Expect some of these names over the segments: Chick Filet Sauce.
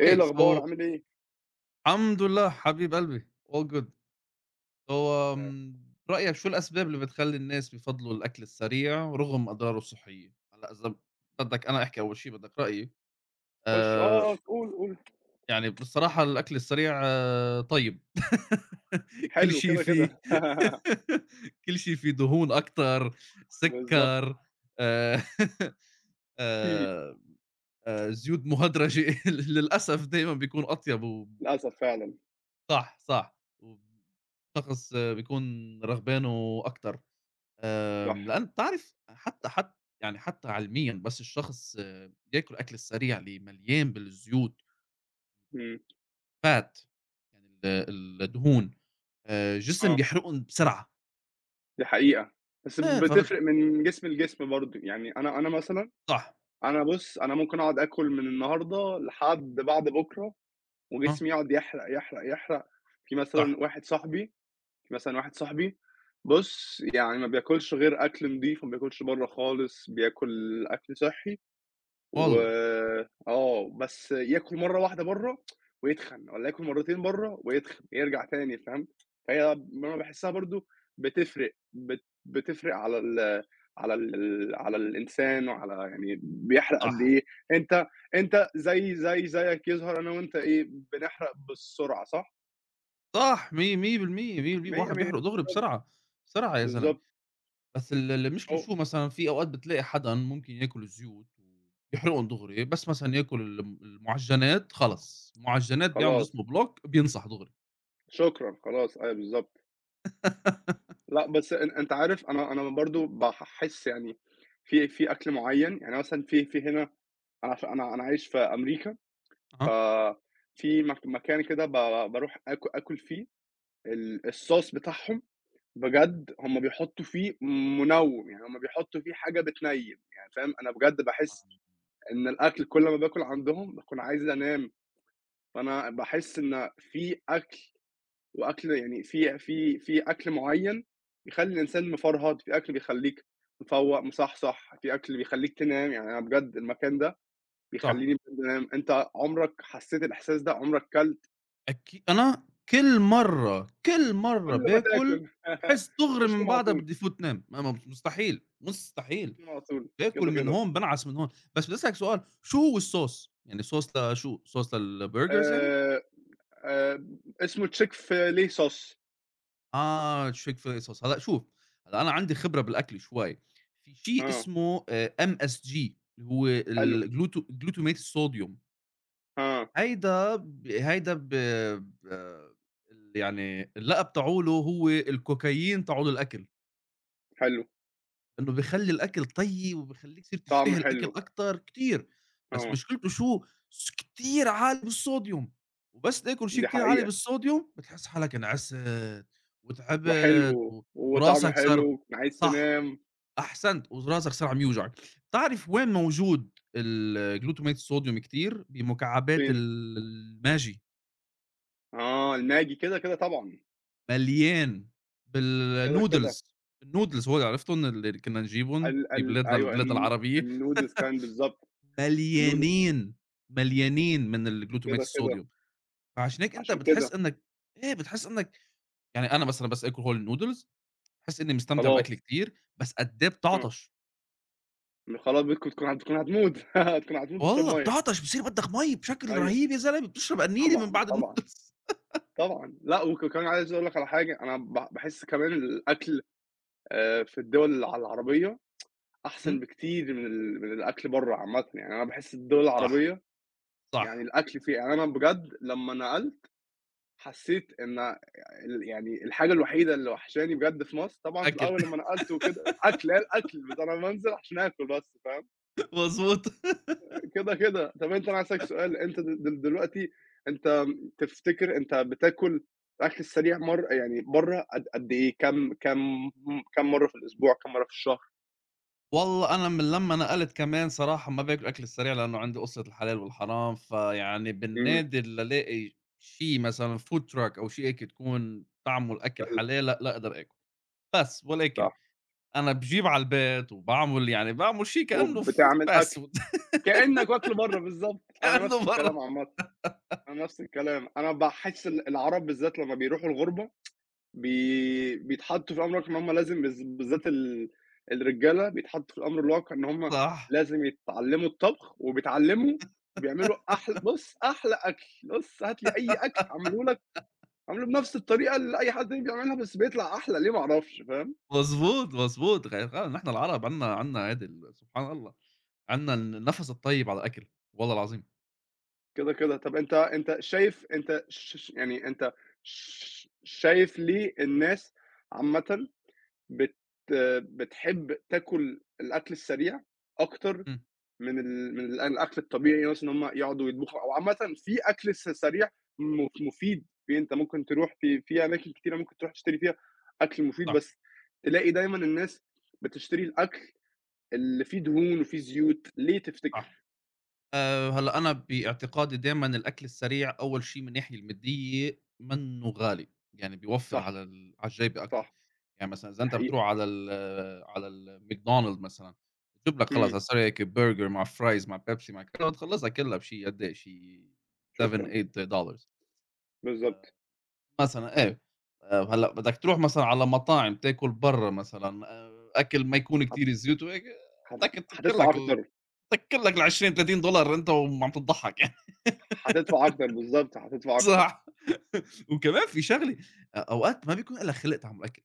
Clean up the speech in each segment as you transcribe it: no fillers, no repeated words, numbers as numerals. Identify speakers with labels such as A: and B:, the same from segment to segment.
A: إيه الأخبار
B: so
A: عامل إيه؟
B: الحمد لله حبيب قلبي. All good. هو
A: لا.
B: برأيك شو الأسباب اللي بتخلّي الناس بيفضّلوا الأكل السريع رغم أضراره الصحية؟ هلأ إذا بدّك أنا أحكي، أول شي بدّك رأيي.
A: خُش آه،
B: آآ،
A: آه، قُل، قُل.
B: يعني بصراحة الأكل السريع طيب كل
A: حلو
B: شي
A: كده، كده.
B: فيه. كل شي فيه دهون أكتر،
A: بالضبط،
B: سكّر، آآ آآ زيوت مهدرجة. للأسف دايمًا بيكون أطيب، و
A: للأسف فعلًا.
B: صح، صح، وشخص بيكون رغبانه أكتر.
A: صح.
B: لأن بتعرف حتى حت يعني حتى علميًا، بس الشخص بياكل الأكل السريع اللي مليان بالزيوت،
A: إمم،
B: fat، يعني ال الدهون، الجسم
A: آه،
B: بيحرقهم بسرعة.
A: دي حقيقة. بس
B: فبت
A: بتفرق من جسم لجسم برضه، يعني أنا مثلًا.
B: صح،
A: أنا بُص، أنا ممكن أقعد آكل من النهارده لحد بعد بُكرة
B: آه،
A: وجسمي يقعد يحرق، يحرق، يحرق. في
B: صح،
A: مثلًا واحد صاحبي في مثلًا واحد صاحبي بُص، يعني ما بياكلش غير أكل نضيف، ما بياكلش برّه خالص، بياكل أكل صحّي، و
B: والله،
A: آه، بس ياكل مرّة واحدة برّه ويتخن، والّا ياكل مرّتين برّه ويتخن، يرجع تاني فاهم؟ فهي أنا باحسّها برضه، بتفرق بتفرق على ال على ال على الإنسان وعلى يعني بيحرق قد
B: صح،
A: إيه. أنت أنت زي زيك يظهر أنا وأنت إيه، بنحرق بالسرعة صح؟
B: صح، مِيّة بالمِيّة، 100%
A: 100،
B: الواحد
A: 100
B: بيحرق دغري
A: بالضبط،
B: بسرعة، بسرعة يا زلمة.
A: بالضبط.
B: بس اللي مش
A: هو
B: الشو، مثلًا في أوقات بتلاقي حدًا ممكن ياكل الزيوت ويحرقن دغري، بس مثلًا ياكل المعجنات خلص، المعجنات بيعمل
A: خلاص،
B: جسمه بلوك، بينصح دغري.
A: شكرًا، خلاص أيوه بالضبط. لأ، بس أنت عارف أنا برضه باحس يعني في في أكل معيّن، يعني مثلًا في هنا أنا عشان أنا عايش في أمريكا.
B: أها.
A: ففي مكان كده باروح آكل فيه الsauce بتاعهم، بجد هم بيحطّوا فيه منوّم، يعني هم بيحطّوا فيه حاجة بتنيّم، يعني فاهم، أنا بجد باحس إن الأكل كل ما باكل عندهم باكون عايز أنام. فأنا باحس إن في أكل وأكل، يعني في في أكل معيّن بيخلّي الإنسان مفرهد، في أكل بيخلّيك مفوّق، مصحصح، في أكل بيخلّيك تنام، يعني أنا بجد المكان ده
B: صح.
A: بيخلّيني بجد أنام. أنت عمرك حسّيت الإحساس ده، عمرك كلت
B: أكي، أنا كل مرّة، كل مرّة
A: كل ما
B: باكل،
A: تاكل؟
B: باحس دغري
A: خُش
B: من
A: نام على
B: بعدها
A: طول،
B: بدي فوت نام، ما مستحيل،
A: خُش
B: مستحيل.
A: نام على طول
B: باكل
A: كده،
B: من
A: كده.
B: هون بانعس من هون. بس بدي أسألك سؤال، شو هو الصوص؟ يعني صوص لشو؟ صوص للburgers يعني؟
A: آآ، آآ، اسمه Chick Filet Sauce.
B: آه، شيك في الصلصة. هلأ شوف، هلأ أنا عندي خبرة بالأكل شوي. في شيء
A: آه،
B: اسمه MSG، اللي هو
A: حلو،
B: جلوتامات الصوديوم.
A: آه،
B: هيدا ب هيدا ب ب ال يعني اللقب تاعه له هو الكوكايين تاعه الأكل.
A: حلو،
B: إنه بيخلّي الأكل طيّب وبيخلّيك تصير تشتهي
A: طعمه
B: الأكل
A: حلو.
B: أكتر كتير. بس
A: آه،
B: مشكلته شو؟ كتير عالي بالصوديوم. وبس تاكل شي
A: دي
B: كتير عالي
A: حقيقة،
B: بالصوديوم، بتحس حالك انعست وتعبت،
A: وحلو وطعمه
B: وراسك صار،
A: حلو، عايز
B: صح،
A: تنام.
B: أحسنت، وراسك صار عم يوجعك. بتعرف وين موجود الglutamate الصوديوم كتير؟ بمكعبات
A: فين؟
B: الماجي،
A: آه، الماجي كده، كده طبعًا.
B: مليان،
A: كده، كده.
B: بالnoodles. الnoodles هول عرفتن اللي كنّا نجيبن
A: ال ال أيوه،
B: ببلادنا العربية؟
A: الnoodles كمان بالضبط. الnoodles
B: مليانين، مليانين من الجلوتامات
A: كده، كده.
B: الصوديوم. فعشان هيك أنت
A: عشان
B: بتحس
A: كده.
B: إنك، إيه، بتحس إنك، يعني أنا مثلًا بس آكل Whole noodles باحس إني مستمتع بالأكل
A: خلاص،
B: كتير، بس قد إيه
A: آه،
B: بتعطش.
A: خلاص بتكون تكون هتكون هتموت، هتكون هتموت تشرب
B: والله
A: مَيّة.
B: بتعطش، بيصير بدك مَيّة بشكل
A: أيوه،
B: رهيب يا زلمة، بتشرب قنينة من
A: طبعًا،
B: بعد
A: طبعًا،
B: الnoodles.
A: طبعًا. لأ، كمان عايز أقول لك على حاجة. أنا باحس كمان الأكل في الدول العربية أحسن
B: إمم،
A: بكتير من من الأكل برّه عامةً، يعني أنا باحس الدول
B: صح،
A: العربية يعني
B: صح،
A: الأكل فيها، يعني أنا بجد لمّا نقلت حسيت إن يعني الحاجة الوحيدة اللي وحشاني بجد في مصر، طبعًا في
B: أكل.
A: الأول لمّا نقلت وكده الأكل، هي الأكل، بس أنا بانزل عشان آكل بس فاهم.
B: مضبوط.
A: كده، كده. طَب أنا هاسألك سؤال. أنت د د دلوقتي، أنت تفتكر أنت بتاكل الأكل السريع مَرّة يعني برّه قد إيه، كام مرّة في الأسبوع، كام مرّة في الشهر؟
B: والله أنا من لمّا نقلت كمان، صراحة ما باكل الأكل السريع لأنه عندي قصّة الحلال والحرام، فيعني
A: إمم،
B: بالنادر لالاقي شي مثلًا food truck أو شي هيك تكون طعمه الأكل
A: حلو،
B: حلال، لأ، لا أقدر آكل. بس ولكن
A: صح.
B: أنا باجيب على البيت وباعمل، يعني باعمل شي كإنه
A: وبتعمل أكل
B: fast food.
A: كإنّك واكله برّه بالضبط، أنا نفس
B: كإنه
A: الكلام
B: برّا.
A: عامةً، أنا نفس الكلام. أنا باحس العرب بالذات لمّا بيروحوا الغُربة، بيتحطّوا في الأمر الواقع إن هم لازم، بالذات الرجالة بيتحطّوا في الأمر الواقع إن هم
B: صح،
A: لازم يتعلّموا الطبخ، وبيتعلّموا، بيعملوا بُص، أحلى أكل. بُص، هات لي أي أكل أعمله لك، أعمله بنفس الطريقة اللي أي حد تاني بيعملها بس بيطلع أحلى، ليه ما أعرفش فاهم.
B: مضبوط، مضبوط. فعلًا نحن العرب عندنا هيدي ال، سبحان الله، عندنا النَفَس الطيب على الأكل، والله العظيم.
A: كده، كده. طَب أنت شايف، أنت ش ش يعني أنت شايف ليه الناس عامةً بت بتحب تاكل الأكل السريع أكتر
B: إمم،
A: من ال من ال الأكل الطبيعي، مثلًا إن هم يقعدوا يطبخوا، أو عامةً في أكل سريع مفيد، في أنت ممكن تروح في أماكن كتيرة ممكن تروح تشتري فيها أكل مفيد،
B: صح،
A: بس تلاقي دايمًا الناس بتشتري الأكل اللي فيه دهون وفيه زيوت، ليه
B: صح.
A: تفتكر؟
B: هلأ أنا باعتقادي دايمًا الأكل السريع أول شي من الناحية المادية منّه غالي، يعني بيوفّر
A: صح،
B: على على الجيب أكتر.
A: صح،
B: يعني مثلًا إذا
A: دي
B: أنت
A: حقيقة.
B: بتروح على على الماكدونالد مثلًا، بتجيب لك خلص
A: إمم،
B: على السريع هيك برجر مع فرايز مع بيبسي مع كده وتخلّصها كلّها بشي قد إيه، شي $7،
A: شكرًا،
B: $8
A: بالضبط.
B: مثلًا، إيه. هلأ بدك تروح مثلًا على مطاعم تاكل برّا، مثلًا أكل ما يكون
A: هت
B: كتير زيوت وهيك،
A: هت
B: بدك
A: هتدفع أكتر،
B: تسكّر لك ال20، $30 أنت وعم تتضحّك.
A: هتدفع أكتر، بالضبط، هتدفع أكتر،
B: صح. وكمان في شغلي، أوقات ما بيكون إلّا خلق تعمل أكل.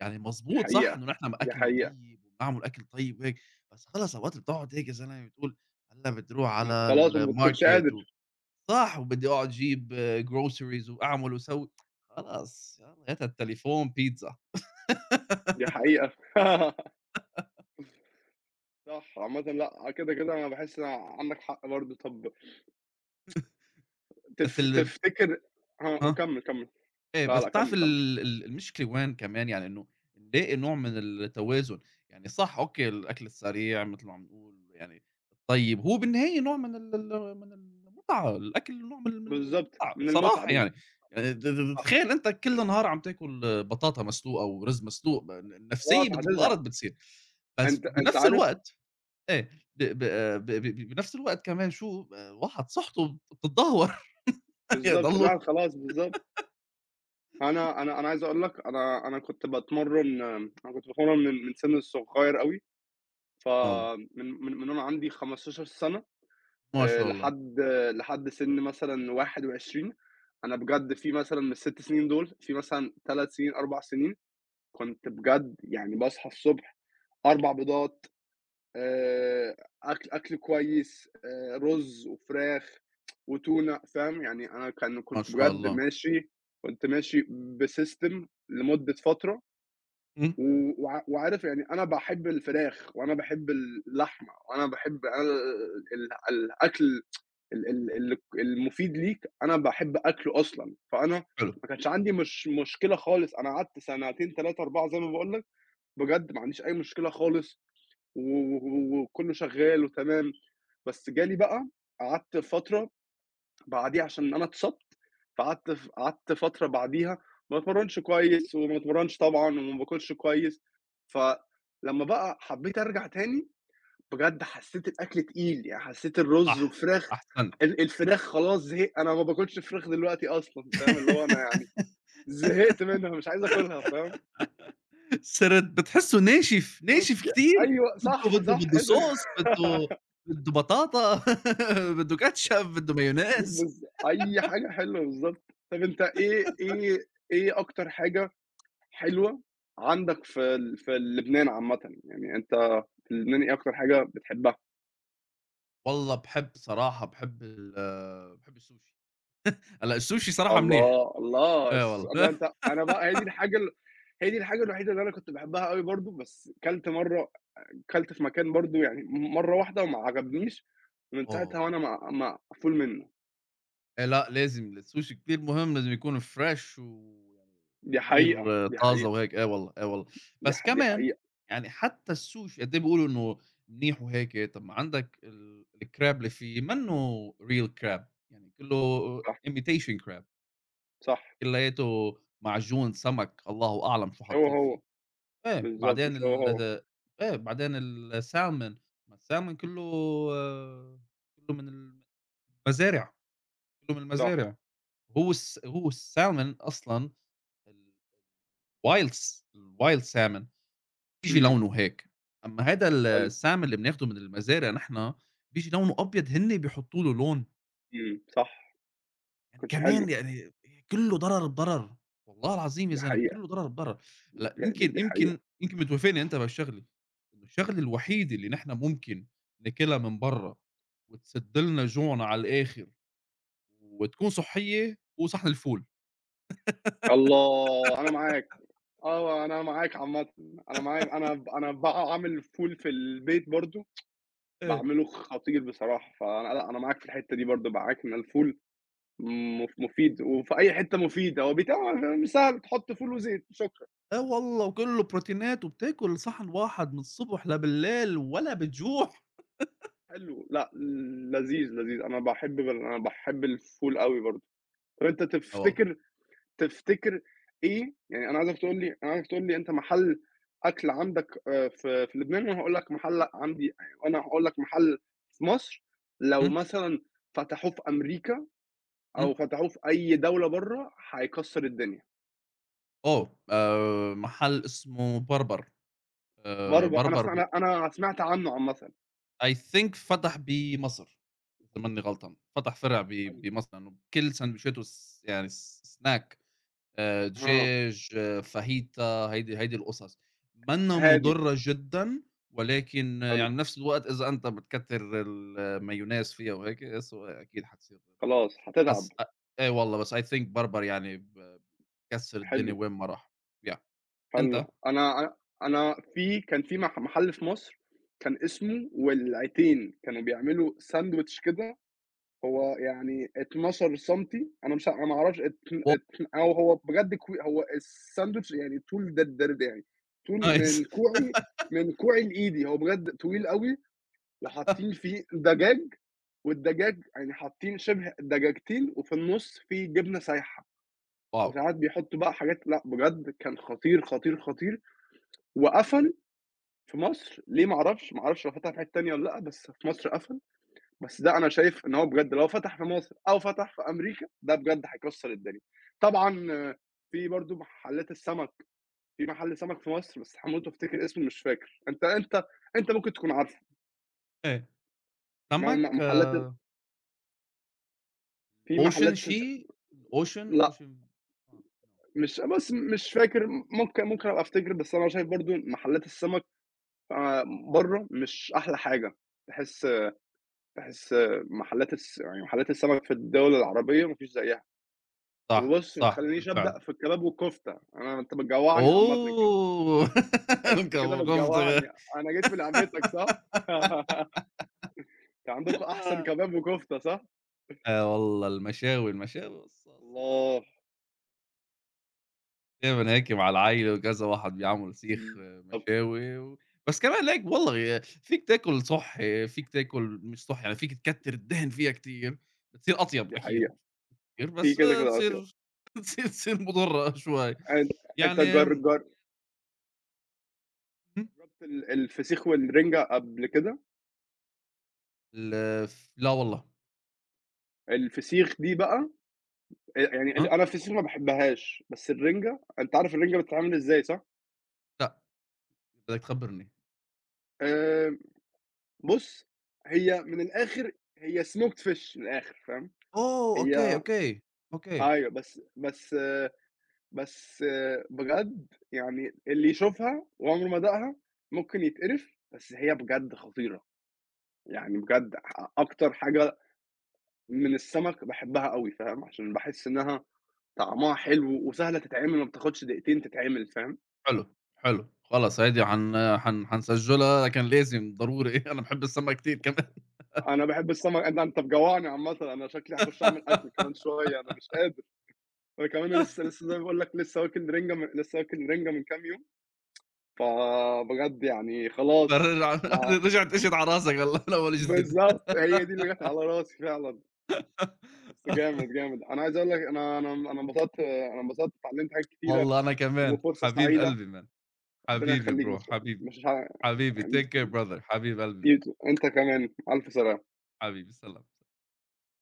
B: يعني
A: دي
B: مضبوط صح
A: حقيقة،
B: إنه نحن
A: دي
B: أكلنا
A: حقيقة.
B: طيب وبنعمل أكل طيب وهيك، بس خلص أوقات بتقعد هيك يا زلمة بتقول هلّأ بدي أروح على
A: خلاص ما بتكونش
B: الmarket، و،
A: قادر،
B: صح، وبدي أقعد أجيب groceries وأعمل وأسوي، خلاص يالّا هات على التليفون بيتزا.
A: دي حقيقة. صح، عامةً لأ، كده، كده أنا باحس إن عندك حق برضه. طب
B: بس ال
A: تفتكر. آه،
B: ها؟
A: وكمّل، كمّل.
B: إيه،
A: لا،
B: بس
A: لأ،
B: بتعرف
A: كمّل، كمّل.
B: ال المشكلة وين كمان، يعني إنه نلاقي نوع من التوازن. يعني صح، أوكي، الأكل السريع متل ما عم نقول يعني الطيب، هو بالنهاية نوع من ال ال من المتعة، الأكل نوع من
A: بالضبط،
B: المتعة
A: من المتعة
B: بصراحة، يعني، يعني ت ت
A: صح،
B: تخيل أنت كل نهار عم تاكل بطاطا مسلوقة ورز مسلوق، النفسية
A: خلاص هتزهق.
B: بالأرض بتصير. بس
A: أنت
B: بنفس
A: عارف،
B: الوقت إيه، ب ب ب ب بنفس الوقت كمان شو الواحد صحته بتتدهور.
A: بالضبط،
B: يضلوا.
A: الواحد خلاص بالضبط. أنا عايز أقول لك، أنا كنت باتمرّن، أنا كنت باتمرّن من سِن صغير أوي،
B: والله
A: فمن من من وأنا عندي 15 سَنة،
B: ما شاء الله،
A: لحد سِن مثلًا 21. أنا بجد في مثلًا من ال6 سنين دول، في مثلًا 3 سنين، 4 سنين كنت بجد يعني باصحى الصبح 4 بيضات، آآ أكل كويس، رز وفراخ وتونة فاهم، يعني أنا
B: ما
A: كنت
B: شاء
A: بجد
B: الله.
A: ماشي، كنت ماشي بsystem لمدة فترة.
B: إمم،
A: و وعارف، يعني أنا باحب الفراخ وأنا باحب اللحمة وأنا باحب، أنا الأكل ال ال ال المفيد ليك أنا باحب أكله أصلًا، فأنا
B: حلو،
A: ما كانش عندي مش مشكلة خالص. أنا قعدت سنتين، 3، 4 زي ما باقول لك، بجد ما عنديش أي مشكلة خالص، و و وكُلّه شغّال وتمام. بس جالي بقى، قعدت فترة بعديها عشان أنا اتصبت، فقعدت ف قعدت فترة بعديها ما باتمرّنش كويس وما باتمرّنش طبعًا وما باكلش كويس. فلمّا بقى حبّيت أرجع تاني، بجد حسّيت الأكل تقيل، يعني حسّيت الرُز
B: صح،
A: وفراخ،
B: أحسنت.
A: الفراخ خلاص زهق. أنا ما باكلش فراخ دلوقتي أصلًا فاهم، اللي هو أنا يعني زهقت منها، مش عايز آكلها فاهم.
B: السرد بتحسّه ناشف،
A: مشك
B: ناشف كتير،
A: أيوه صح،
B: بده
A: صح،
B: بده
A: تحس.
B: صوص، بده بطاطا، بده كاتشب، بده مايونيز.
A: أي حاجة حلوة بالضبط. طَب أنت إيه أكتر حاجة حلوة عندك في في لبنان عامةً؟ يعني أنت في لبنان إيه أكتر حاجة بتحبها؟
B: والله باحب، صراحة باحب باحب السوشي. هلأ السوشي صراحة منيح،
A: الله، الله
B: آه
A: الص ده
B: والله.
A: أنت أنا بقى هي دي الحاجة هي دي الحاجة الوحيدة اللي أنا كنت باحبها أوي برضه، بس كلت مرّة، كلت في مكان برضه يعني مرّة واحدة وما عجبنيش. ومن ساعتها
B: آه.
A: وأنا مقفول منّه.
B: لأ، لازم السوشي كتير مهم، لازم يكون fresh ويعني
A: دي حقيقة،
B: كتير
A: دي
B: طازة
A: حقيقة،
B: وهيك، آه والله، آه والله. بس
A: دي
B: كمان،
A: حقيقة.
B: يعني حتى السوشي قد إيه بيقولوا إنه منيح وهيك، طَب ما عندك الcrab اللي فيه منّه real crab، يعني كُلّه
A: صح،
B: imitation crab،
A: صح.
B: كلّياته معجون سمك، الله أعلم شو
A: هو،
B: حاطّين
A: هو.
B: فيه. إيه،
A: بالضبط،
B: بعدين
A: مش هو،
B: ال
A: هو.
B: إيه، بعدين الsalmon، ما الsalmon كُلّه، آه، كُلّه من المزارع، كُلّه من
A: صح.
B: المزارع. هو الsalmon أصلًا الwild، الwild salmon بييجي
A: إمم،
B: لونه هيك. أمّا هيدا
A: حلو،
B: الsalmon اللي بناخده من المزارع نحن، بييجي لونه أبيض، هن بيحطّوا له لون.
A: صح، ما
B: يعني
A: كانش
B: كمان،
A: حلو،
B: يعني كلّه ضرر بضرر، والله العظيم يا
A: دي
B: زلمة
A: حقيقة،
B: كلّه ضرر بضرر. هلأ
A: دي حقيقة.
B: يمكن بتوافقني أنت بهالشغلة، إنه الشغلة الوحيدة اللي نحن ممكن ناكلها من برّا، وتسد لنا جوعنا على الآخر، وتكون صحّية، هو صحن الفول.
A: الله! أنا معاك، آه، أنا معاك عامةً، أنا معاك، أنا أنا باعمل فول في البيت برضه،
B: إيه.
A: باعمله خطير بصراحة. فأنا لأ، أنا معاك في الحتة دي برضه، معاك إن الفول مفيد وفي أي حتة مفيد، هو بيتعمل سهل، تحط فول وزيت، شكرًا.
B: آه والله، وكلّه بروتينات، وبتاكل صحن واحد من الصبح لبليل ولا بتجوع.
A: حلو، لأ، لذيذ، لذيذ، أنا باحب أنا باحب الفول أوي برضه. طب أنت
B: آه والله.
A: تفتكر إيه، يعني أنا عايزك تقول لي، أنت محل أكل عندك في لبنان وأنا هاقول لك محل عندي، وأنا هاقول لك محل في مصر، لو
B: إمم،
A: مثلًا فتحوه في أمريكا
B: إمم،
A: أو فتحوه في أي دولة برّه هيكسّر الدنيا.
B: آه، محل اسمه بربر،
A: أنا
B: بربر،
A: أنا سمعت عنه عامةً.
B: I think فتح بمصر، إذا ماني غلطان، فتح فرع
A: حلو،
B: بمصر، لأنه كل ساندويشاته، يعني س- سناك.
A: آه،
B: دجاج، آه، فاهيتا، هيدي القصص، مَنّا
A: هادي.
B: مُضرّة جدًا، ولكن آه،
A: حلو،
B: يعني بنفس الوقت إذا أنت بتكتّر المايونيز فيها وهيك، سو أكيد حتصير مُضرّة.
A: خلاص هتتعب.
B: بس أ إيه والله، بس I think بربر يعني كسّر الدنيا
A: حلو،
B: وين ما راح، yeah. أنت؟
A: حلو. أنا في محل في مصر كان اسمه والعيتين، كانوا بيعملوا ساندويتش كده، هو يعني 12 سنتي. أنا مش أنا ما أعرفش، اتن
B: Wow.
A: اتن أو هو بجد هو الساندويتش يعني طول ده يعني طول
B: Nice.
A: من كوعي، من كوعي لإيدي، هو بجد طويل أوي، وحاطين فيه دجاج، والدجاج يعني حاطين شبه دجاجتين وفي النُص في جبنة سايحة،
B: واو!
A: وساعات بيحطّوا بقى حاجات، لأ بجد كان خطير، خطير، خطير، وقفل في مصر ليه ما أعرفش. ما أعرفش هو فتح في حتّة تانية والّا لأ، بس في مصر قفل. بس ده أنا شايف إن هو بجد لو فتح في مصر أو فتح في أمريكا، ده بجد هيكسّر الدنيا. طبعًا آه، في برضه محلّات السَمَك، في محل سَمَك في مصر بس هاموت وافتكر اسمه، مش فاكر. أنت أنت ممكن تكون عارفه.
B: إيه،
A: م
B: سمك،
A: م محلّات،
B: آه،
A: في
B: ocean
A: محلّات س
B: شي،
A: س لأ،
B: ocean، آه، no.
A: مش، بس مش فاكر، ممكن أبقى أفتكر. بس أنا شايف برضه محلّات السَمَك آآ برّه مش أحلى حاجة. تحس، تحس محلّات يعني محلّات السَمَك في الدول العربية ما فيش زيّها.
B: صح،
A: وبُص، ما
B: صح
A: تخلّينيش
B: بالفعل.
A: أبدأ في الكباب والكفتة، أنا أنت بتجوّعني عامةً كده،
B: أوه!
A: أنت كده
B: الكابوكوفتة.
A: بتجوّعني. أنا جيت في لعبتك صح؟ أنتم عندكم أحسن كباب وكفتة صح؟
B: آه والله المشاوي، المشاوي بس أصل كبير،
A: الله!
B: دايمًا هناكي مع العيّل وكذا واحد بيعمل سيخ، آه،
A: بالضبط،
B: مشاوي و، بس كمان هناك والله يا، فيك تاكل صحّي، فيك تاكل مش صحّي، يعني فيك تكتّر الدهن فيها كتير، بتصير أطيب
A: دي
B: أكيد
A: حقيقة،
B: كتير،
A: في
B: بس
A: كده،
B: آه،
A: كده أطيب.
B: تصير تصير مُضرّة شوي.
A: أن أنت
B: يعني
A: جر جر جربت الفسيخ والرِنجة قبل كده؟
B: ال ف لا والله.
A: الفسيخ دي بقى، يعني
B: ها؟
A: أنا الفسيخ ما باحبهاش، بس الرِنجة أنت عارف الرِنجة بتتعمل إزاي صح؟
B: لأ، بدّك تخبّرني.
A: آآ بُص، هي من الآخر، هي smoked fish من الآخر فاهم؟
B: أوه! أوكي،
A: هي
B: أوكي، أوكي.
A: أيوه، بس بجد يعني اللي يشوفها وعمره ما داقها ممكن يتقرف، بس هي بجد خطيرة، يعني بجد أ أكتر حاجة من السمك باحبها أوي فاهم، عشان باحس إنها طعمها حلو وسهلة تتعمل، ما بتاخدش دقيقتين تتعمل فاهم.
B: حلو، حلو، خلاص هذه حن حن حنسجّلها، لكن لازم ضروري. أنا باحب السمّك كتير كمان.
A: أنا باحب السمك ده، أنت مجوّعني عامةً، أنا شكلي هاخش أعمل أكل كمان شوية، أنا مش قادر. أنا كمان لسه لسه زي ما باقول لك لسه واكل رِنجة، لسه واكل رِنجة من كام يوم، فبجد يعني خلاص،
B: فرجع
A: أنا
B: رجعت إجت على راسك هلّأ من أول وجديد.
A: بالضبط، هي دي اللي جات على راسي فعلًا. بس جامد، جامد. أنا عايز أقول لك، أنا انبسطت، أنا انبسطت، اتعلمت حاجات كتيرة،
B: والله أنا كمان،
A: وفرصة
B: حبيب
A: سعيدة،
B: قلبي man.
A: ربنا
B: حبيبي
A: يخليك.
B: bro،
A: مش،
B: حبيبي.
A: مش ه
B: حبيبي take care brother، حبيب قلبي man.
A: أنت انت كمان، ألف سلامة.
B: حبيبي سلام.